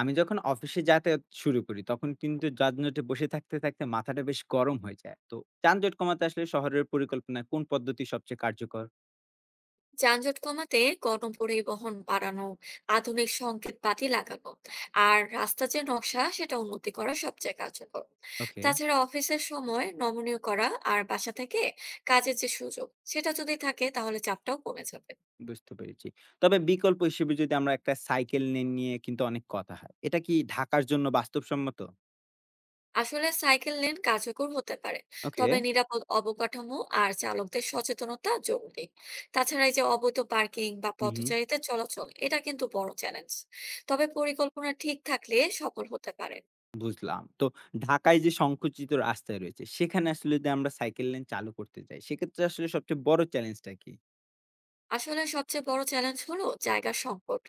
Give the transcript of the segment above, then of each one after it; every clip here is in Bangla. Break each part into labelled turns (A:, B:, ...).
A: আমি যখন অফিসে যাতায়াত শুরু করি তখন কিন্তু যানজটে বসে থাকতে থাকতে মাথাটা বেশ গরম হয়ে যায়। তো যানজট কমাতে আসলে শহরের পরিকল্পনায় কোন পদ্ধতি সবচেয়ে কার্যকর?
B: যানজট কমাতে গণপরিবহন বাড়ানো, আধুনিক সংকেত বাতি লাগানো আর রাস্তার যে নকশা সেটা উন্নতি করা সবচেয়ে কার্যকর।
A: ওকে,
B: তাছাড়া অফিসের সময় নমনীয় করা আর বাসা থেকে কাজের যে সুযোগ সেটা যদি থাকে তাহলে চাপটাও কমে যাবে।
A: বুঝতে পেরেছি। তবে বিকল্প হিসেবে যদি আমরা একটা সাইকেল লেন নিয়ে কিন্তু অনেক কথা হয়, এটা কি ঢাকার জন্য বাস্তবসম্মত?
B: আসলে সাইকেল লেন কার্যকর হতে পারে,
A: ওকে।
B: তবে নিরাপদ অবকাঠামো আর চালকদের সচেতনতা জরুরি। তাছাড়া এই যে অবৈধ পার্কিং বা
A: হুম, হুম।
B: পথচারীদের চলাচল, এটা কিন্তু বড় চ্যালেঞ্জ। তবে পরিকল্পনা ঠিক থাকলে সফল হতে পারে।
A: বুঝলাম। তো ঢাকায় যে সংকুচিত রাস্তায় রয়েছে সেখানে আসলে যদি আমরা সাইকেল লেন চালু করতে যাই সেক্ষেত্রে আসলে সবচেয়ে বড় চ্যালেঞ্জটা কি?
B: আসলে সবচেয়ে বড় চ্যালেঞ্জ হলো জায়গার সংকট,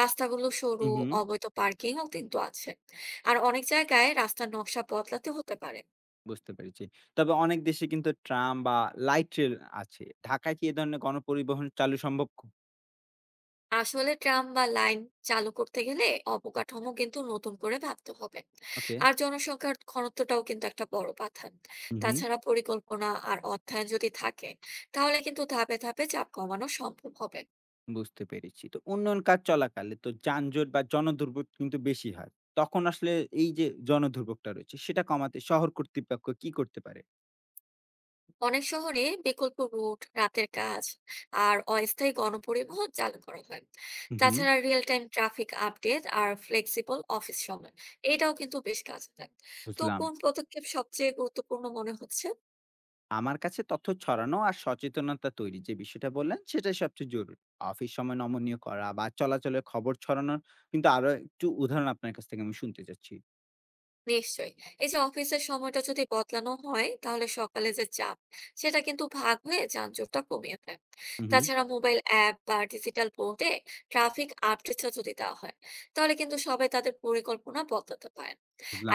B: রাস্তাগুলো সরু,
A: হুম, হুম।
B: অবৈধ পার্কিংও কিন্তু আছে, আর অনেক জায়গায় রাস্তার নকশা বদলাতে হতে পারে।
A: বুঝতে পেরেছি। তবে অনেক দেশে কিন্তু ট্রাম বা লাইট রেল আছে। ঢাকায় কি এ ধরনের গণপরিবহন চালু সম্ভব?
B: আসলে ট্রাম বা লাইন চালু করতে গেলে অবকাঠামো কিন্তু নতুন করে ভাবতে হবে।
A: ওকে।
B: আর জনসংখ্যার ঘনত্বটাও কিন্তু একটা বড় বাধা।
A: হু, হু।
B: তাছাড়া পরিকল্পনা আর অর্থায়ন যদি থাকে, তাহলে কিন্তু ধাপে ধাপে চাপ কমানো সম্ভব হবে।
A: বুঝতে পেরেছি। তো উন্নয়ন কাজ চলাকালে তো যানজট বা জনদুর্ভোগ কিন্তু বেশি হয়। তখন আসলে এই যে জনদুর্ভোগটা রয়েছে সেটা কমাতে শহর কর্তৃপক্ষ কি করতে পারে?
B: অনেক শহরে বিকল্প রুট, রাতের কাজ আর অস্থায়ী গণপরিবহন চালু করা হয়।
A: হু, হু।
B: তাছাড়া রিয়েল টাইম ট্রাফিক আপডেট আর ফ্লেক্সিবল অফিস সময়, এটাও কিন্তু বেশ কাজে দেয়। তো
A: বুঝলাম।
B: কোন পদক্ষেপ সবচেয়ে গুরুত্বপূর্ণ মনে হচ্ছে?
A: আমার কাছে তথ্য ছড়ানো আর সচেতনতা তৈরি যে বিষয়টা বললেন সেটাই সবচেয়ে জরুরি। অফিস সময় নমনীয় করা বা চলাচলের খবর ছড়ানোর কিন্তু আরো একটু উদাহরণ আপনার কাছ থেকে আমি শুনতে চাচ্ছি।
B: নিশ্চয়ই, এই যে অফিসের সময়টা যদি বদলানো হয় তাহলে সকালে যে চাপ সেটা কিন্তু ভাগ হয়ে যানজটটা কমিয়ে দেয়।
A: হু, হু।
B: তাছাড়া মোবাইল অ্যাপ বা ডিজিটাল বোর্ডে ট্রাফিক আপডেটটা যদি দেওয়া হয়, তাহলে কিন্তু সবাই তাদের পরিকল্পনা বদলাতে পারেন।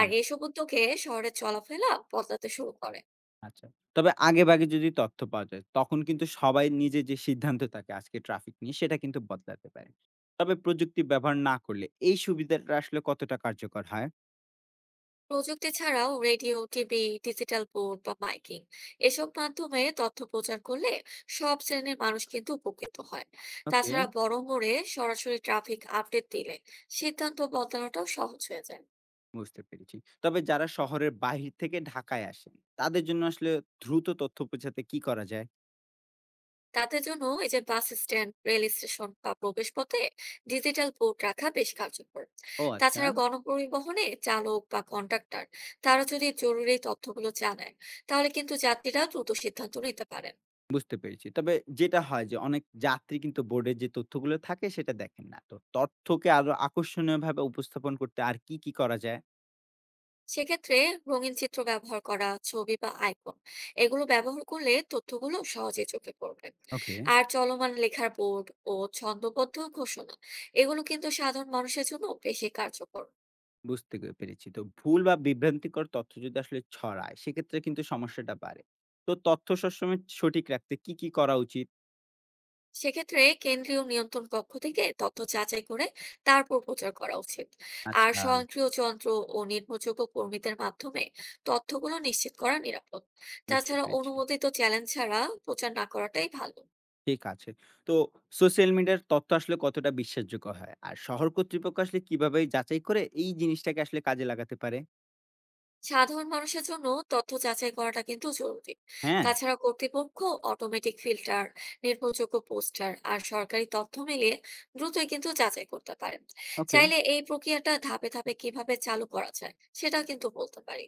B: আর এইসব উদ্যোগে শহরের চলাফেরা বদলাতে শুরু করে।
A: আচ্ছা। তবে আগেভাগে যদি তথ্য পাওয়া যায়, তখন কিন্তু সবাই নিজের যে সিদ্ধান্ত থাকে আজকে ট্রাফিক নিয়ে সেটা কিন্তু বদলাতে পারে। তবে প্রযুক্তি ব্যবহার না করলে এই সুবিধাটা আসলে কতটা কার্যকর হয়?
B: প্রযুক্তি ছাড়াও রেডিও, টিভি, ডিজিটাল বোর্ড বা মাইকিং, এসব মাধ্যমে তথ্য প্রচার করলে সব শ্রেণীর মানুষ কিন্তু উপকৃত হয়।
A: ওকে,
B: তাছাড়া বড় মোড়ে সরাসরি ট্রাফিক আপডেট দিলে সিদ্ধান্ত বদলানোটাও সহজ হয়ে যায়।
A: বুঝতে পেরেছি। তবে যারা শহরের বাহির থেকে ঢাকায় আসেন, তাদের জন্য আসলে দ্রুত তথ্য পৌঁছাতে কি করা যায়?
B: তাদের জন্য এই যে বাস স্ট্যান্ড, রেল স্টেশন বা প্রবেশপথে ডিজিটাল বোর্ড রাখা বেশ কার্যকর।
A: ও আচ্ছা,
B: তাছাড়া গণপরিবহনে চালক বা কন্ডাক্টর, তারা যদি জরুরি তথ্যগুলো জানায় তাহলে কিন্তু যাত্রীরা দ্রুত সিদ্ধান্ত নিতে পারেন।
A: বুঝতে পেরেছি। তবে যেটা হয় যে অনেক যাত্রী কিন্তু বোর্ডের যে তথ্যগুলো থাকে সেটা দেখেন না। তো তথ্যকে আরো আকর্ষণীয়ভাবে উপস্থাপন করতে আর কি, কি করা যায়?
B: সেক্ষেত্রে রঙিন চিত্র ব্যবহার করা, ছবি বা আইকন, এগুলো ব্যবহার করলে তথ্যগুলো সহজে চোখে পড়বে।
A: ওকে।
B: আর চলমান লেখার বোর্ড ও ছন্দবদ্ধ ঘোষণা, এগুলো কিন্তু সাধারণ মানুষের জন্য বেশি কার্যকর।
A: বুঝতে পেরেছি। তো ভুল বা বিভ্রান্তিকর তথ্য যদি আসলে ছড়ায়, সেক্ষেত্রে কিন্তু সমস্যাটা বাড়ে। তো তথ্য সবসময় সঠিক রাখতে কি, কি করা উচিত?
B: সেক্ষেত্রে কেন্দ্রীয় নিয়ন্ত্রণ কক্ষ থেকে তথ্য যাচাই করে তারপর প্রচার করা উচিত। আর
A: আচ্ছা।
B: স্বয়ংক্রিয় যন্ত্র ও নির্ভরযোগ্য কর্মীদের মাধ্যমে তথ্যগুলো নিশ্চিত করা নিরাপদ।
A: বুঝতে
B: তাছাড়া
A: পেরেছি।
B: অনুমোদিত চ্যালেঞ্জ ছাড়া প্রচার না করাটাই ভালো।
A: ঠিক আছে। তো সোশ্যাল মিডিয়ার তথ্য আসলে কতটা বিশ্বাসযোগ্য হয়? আর শহর কর্তৃপক্ষ আসলে কিভাবে যাচাই করে এই জিনিসটাকে আসলে কাজে লাগাতে পারে?
B: সাধারণ মানুষের জন্য তথ্য যাচাই করাটা কিন্তু জরুরি।
A: হ্যাঁ,
B: তাছাড়া কর্তৃপক্ষ অটোমেটিক ফিল্টার, নির্ভরযোগ্য পোস্টার আর সরকারি তথ্য মিলিয়ে দ্রুতই কিন্তু যাচাই করতে পারেন।
A: ওকে।
B: চাইলে এই প্রক্রিয়াটা ধাপে ধাপে কিভাবে চালু করা যায় সেটা কিন্তু বলতে পারি।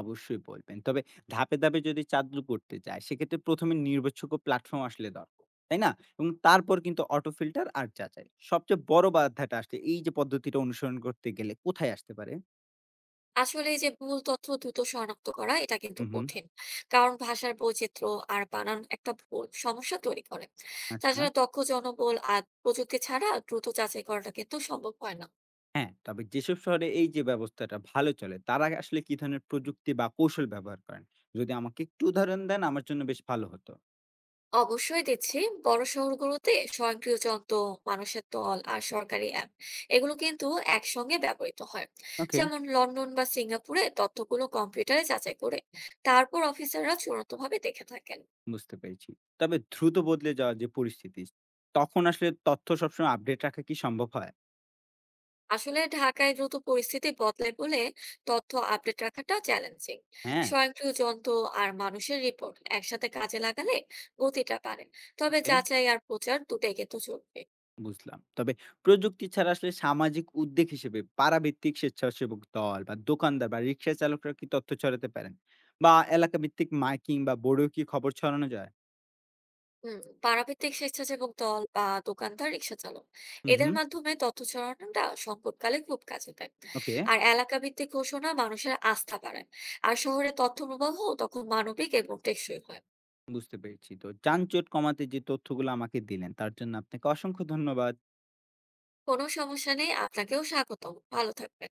A: অবশ্যই বলবেন। তবে ধাপে, ধাপে যদি চালু করতে চায় সেক্ষেত্রে ১ম এ নির্ভরযোগ্য প্ল্যাটফর্ম আসলে দরকার। তাই না? এবং তারপর কিন্তু অটো ফিল্টার আর যাচাই। সবচেয়ে বড় বাধাটা আসলে এই যে পদ্ধতিটা অনুসরণ করতে গেলে কোথায় আসতে পারে?
B: আসলে এই যে ভুল তথ্য দ্রুত শনাক্ত করা এটা কিন্তু
A: হুম, হুম।
B: কঠিন, কারণ ভাষার বৈচিত্র্য আর বানান একটা ভুল সমস্যা তৈরি করে।
A: আচ্ছা।
B: তাছাড়া দক্ষ জনবল আর প্রযুক্তি ছাড়া দ্রুত যাচাই করাটা কিন্তু সম্ভব হয় না।
A: হ্যাঁ, তবে যেসব শহরে এই যে ব্যবস্থাটা ভালো চলে তারা আসলে কি ধরনের প্রযুক্তি বা কৌশল ব্যবহার করেন? যদি আমাকে একটু উদাহরণ দেন আমার জন্য বেশ ভালো হতো।
B: অবশ্যই দিচ্ছি। বড় শহরগুলোতে স্বয়ংক্রিয় যন্ত্র, মানুষের দল আর সরকারি অ্যাপ, এগুলো কিন্তু একসঙ্গে ব্যবহৃত হয়।
A: ওকে,
B: যেমন লন্ডন বা সিঙ্গাপুরে তথ্যগুলো কম্পিউটারে যাচাই করে তারপর অফিসাররা চূড়ান্ত ভাবে দেখে থাকেন।
A: বুঝতে পেরেছি। তবে দ্রুত বদলে যাওয়ার যে পরিস্থিতি তখন আসলে তথ্য সবসময় আপডেট রাখা কি সম্ভব হয়?
B: আসলে ঢাকায় দ্রুত পরিস্থিতি বদলায় বলে তথ্য আপডেট রাখাটা চ্যালেঞ্জিং।
A: হ্যাঁ,
B: স্বয়ংক্রিয় যন্ত্র আর মানুষের রিপোর্ট একসাথে কাজে লাগালে গতিটা বাড়ে। তবে
A: ওকে।
B: যাচাই আর প্রচার দুটাই কিন্তু জরুরি।
A: বুঝলাম। তবে প্রযুক্তি ছাড়া আসলে সামাজিক উদ্যোগ হিসেবে পাড়াভিত্তিক স্বেচ্ছাসেবক দল বা দোকানদার বা রিক্সা চালকরা কি তথ্য ছড়াতে পারেন? বা এলাকা ভিত্তিক মাইকিং বা বোর্ডেও কি খবর ছড়ানো যায়?
B: হুম, পাড়াভিত্তিক স্বেচ্ছাসেবক দল বা দোকানদার, রিক্সা চালক,
A: হুম,
B: এদের
A: হুম।
B: মাধ্যমে তথ্য ছড়ানোটা সংকটকালে খুব কাজে দেয়।
A: ওকে,
B: আর এলাকা ভিত্তিক ঘোষণা মানুষের আস্থা বাড়ায়, আর শহরে তথ্য প্রবাহ তখন মানবিক এবং টেকসই হয়।
A: বুঝতে পেরেছি। তো যানজট কমাতে যে তথ্যগুলো আমাকে দিলেন তার জন্য আপনাকে অসংখ্য ধন্যবাদ।
B: কোনো সমস্যা নেই, আপনাকেও স্বাগতম, ভালো থাকবেন।